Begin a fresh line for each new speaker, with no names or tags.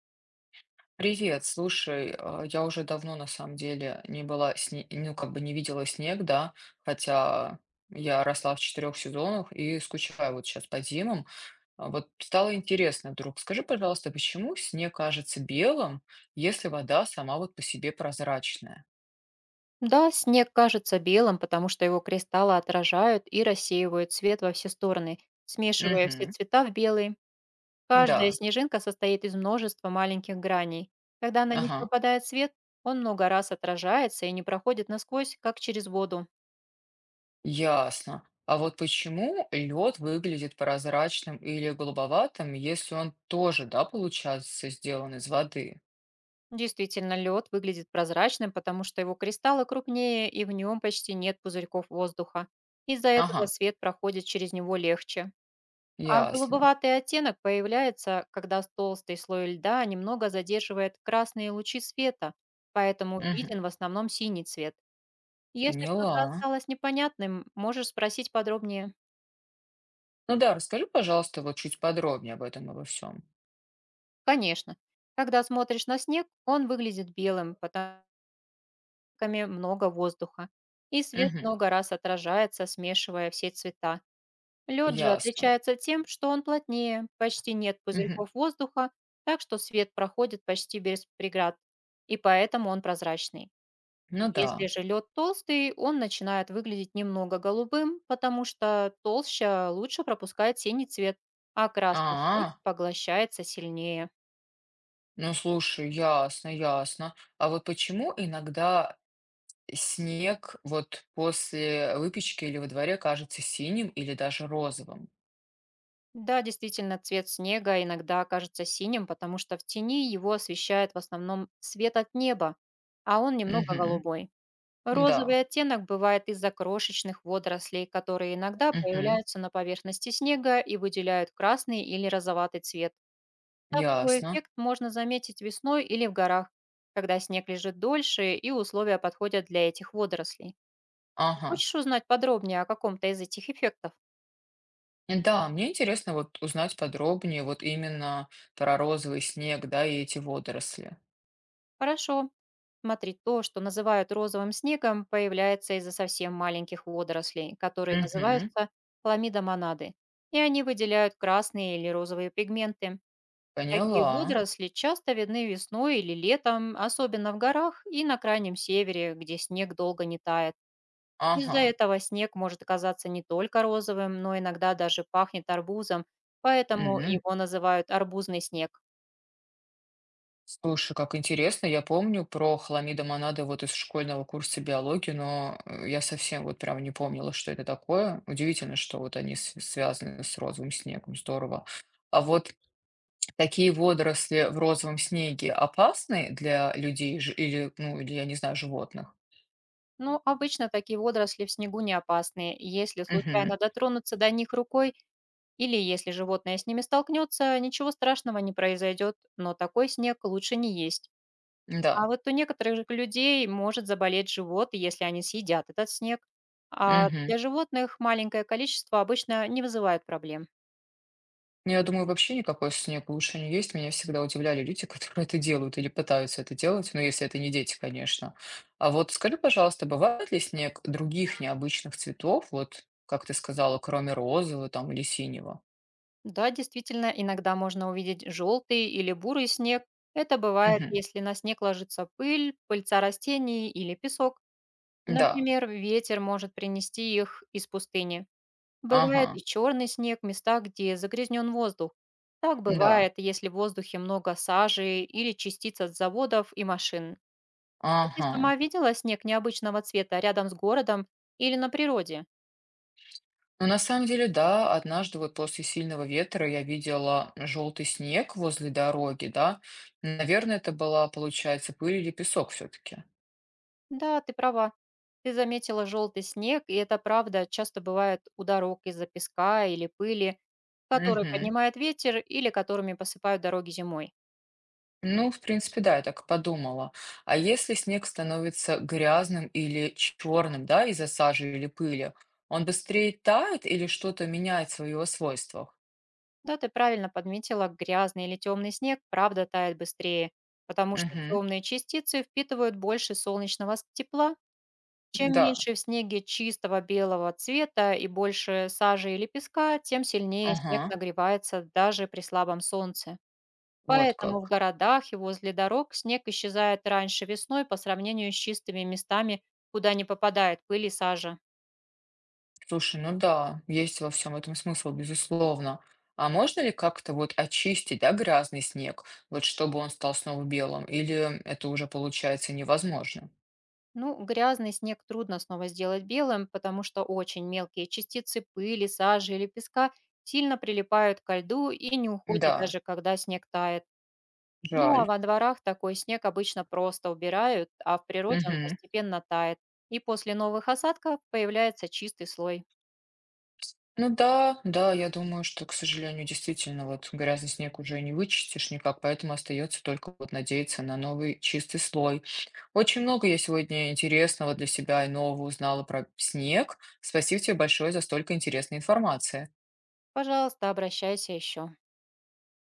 Привет, слушай, а, я уже давно на самом деле не была, ну как бы не видела снег, да, хотя я росла в четырех сезонах и скучаю вот сейчас по зимам. А вот стало интересно вдруг, скажи, пожалуйста, почему снег кажется белым, если вода сама вот по себе прозрачная?
Да, снег кажется белым, потому что его кристаллы отражают и рассеивают свет во все стороны, смешивая все
Угу,
цвета в белый. Каждая
да,
снежинка состоит из множества маленьких граней. Когда на них
ага,
попадает свет, он много раз отражается и не проходит насквозь, как через воду.
ясно. А вот почему лед выглядит прозрачным или голубоватым, если он тоже, да, получается, сделан из воды?
Действительно, лед выглядит прозрачным, потому что его кристаллы крупнее и в нем почти нет пузырьков воздуха. Из-за этого
Ага.
свет проходит через него легче. А
Ясно.
голубоватый оттенок появляется, когда толстый слой льда немного задерживает красные лучи света, поэтому
Мгм.
виден в основном синий цвет. Если что-то
Поняла.
осталось непонятным, можешь спросить подробнее.
Ну да, расскажи, пожалуйста, вот чуть подробнее об этом обо всем.
Конечно. Когда смотришь на снег, он выглядит белым, потому что много воздуха. И свет
Мгм.
много раз отражается, смешивая все цвета. Лед же
Ясно.
отличается тем, что он плотнее, почти нет
Мгм.
пузырьков воздуха, так что свет проходит почти без преград, и поэтому он прозрачный.
Ну
Если
да.
же лед толстый, он начинает выглядеть немного голубым, потому что толще лучше пропускает синий цвет, а красный свет
А,
поглощается сильнее.
ну слушай, ясно, ясно. А вот почему иногда снег вот после выпечки или во дворе кажется синим или даже розовым?
Да, действительно, цвет снега иногда кажется синим, потому что в тени его освещает в основном свет от неба, а он немного
Мгм.
голубой.
Да.
Розовый оттенок бывает из-за крошечных водорослей, которые иногда
Мгм.
появляются на поверхности снега и выделяют красный или розоватый цвет. Такой
Ясно.
эффект можно заметить весной или в горах, когда снег лежит дольше и условия подходят для этих водорослей. А
Ага.
хочешь узнать подробнее о каком-то из этих эффектов?
Да, мне интересно вот узнать подробнее вот именно про розовый снег, да, и эти водоросли.
Хорошо. Смотри, то, что называют розовым снегом, появляется из-за совсем маленьких водорослей, которые
Мгм.
называются хламидомонады, и они выделяют красные или розовые пигменты. Такие
Поняла.
водоросли часто видны весной или летом, особенно в горах и на крайнем севере, где снег долго не тает. Из-за
Ага.
этого снег может оказаться не только розовым, но иногда даже пахнет арбузом, поэтому
М.
его называют арбузный снег.
Слушай, как интересно. Я помню про хламидомонады вот из школьного курса биологии, но я совсем вот прям не помнила, что это такое. Удивительно, что вот они связаны с розовым снегом. Здорово. А вот такие водоросли в розовом снеге опасны для людей или, ну, или, я не знаю, животных?
Но обычно такие водоросли в снегу не опасны. Если
Угу.
случайно дотронуться до них рукой или если животное с ними столкнется, ничего страшного не произойдет, но такой снег лучше не есть. А
Да.
вот у некоторых же людей может заболеть живот, если они съедят этот снег. А
Угу.
для животных маленькое количество обычно не вызывает проблем.
Ну, я думаю, вообще никакой снег лучше не есть. Меня всегда удивляли люди, которые это делают или пытаются это делать, ну, если это не дети, конечно. А вот скажи, пожалуйста, бывает ли снег других необычных цветов, вот, как ты сказала, кроме розового там или синего?
Да, действительно, иногда можно увидеть желтый или бурый снег. Это бывает,
Мгм.
если на снег ложится пыль, пыльца растений или песок.
Да,
Например, ветер может принести их из пустыни. Бывает
ага,
и черный снег в местах, где загрязнен воздух. Так
да,
бывает, если в воздухе много сажи или частиц от заводов и машин. А ты
ага.
сама видела снег необычного цвета рядом с городом или на природе?
Ну, на самом деле, да, однажды вот после сильного ветра я видела желтый снег возле дороги, да. Наверное, это была, получается, пыль или песок все-таки.
Да, ты права. Ты заметила желтый снег, и это правда часто бывает у дорог из-за песка или пыли, который
Угу.
поднимает ветер или которыми посыпают дороги зимой.
Ну, в принципе, да, я так подумала. А если снег становится грязным или черным, да, из-за сажи или пыли, он быстрее тает или что-то меняет в его свойствах?
Да, ты правильно подметила, грязный или темный снег правда тает быстрее, потому что
Угу.
темные частицы впитывают больше солнечного тепла. Чем
Да.
меньше в снеге чистого белого цвета и больше сажи или песка, тем сильнее снег
Ага.
нагревается даже при слабом солнце.
Вот
Поэтому в
как.
городах и возле дорог снег исчезает раньше весной по сравнению с чистыми местами, куда не попадает пыль и сажа.
Слушай, ну да, есть во всем этом смысл, безусловно. А можно ли как-то вот очистить, да, грязный снег, вот чтобы он стал снова белым? Или это уже получается невозможно?
Ну, грязный снег трудно снова сделать белым, потому что очень мелкие частицы пыли, сажи или песка сильно прилипают ко льду и не уходят
Да,
даже когда снег тает. Ну, а
жаль.
во дворах такой снег обычно просто убирают, а в природе он
Угу.
постепенно тает. И после новых осадков появляется чистый слой.
Ну да, да, я думаю, что, к сожалению, действительно, вот грязный снег уже не вычистишь никак, поэтому остается только вот надеяться на новый чистый слой. Очень много я сегодня интересного для себя и нового узнала про снег. Спасибо тебе большое за столько интересной информации.
Пожалуйста, обращайся еще.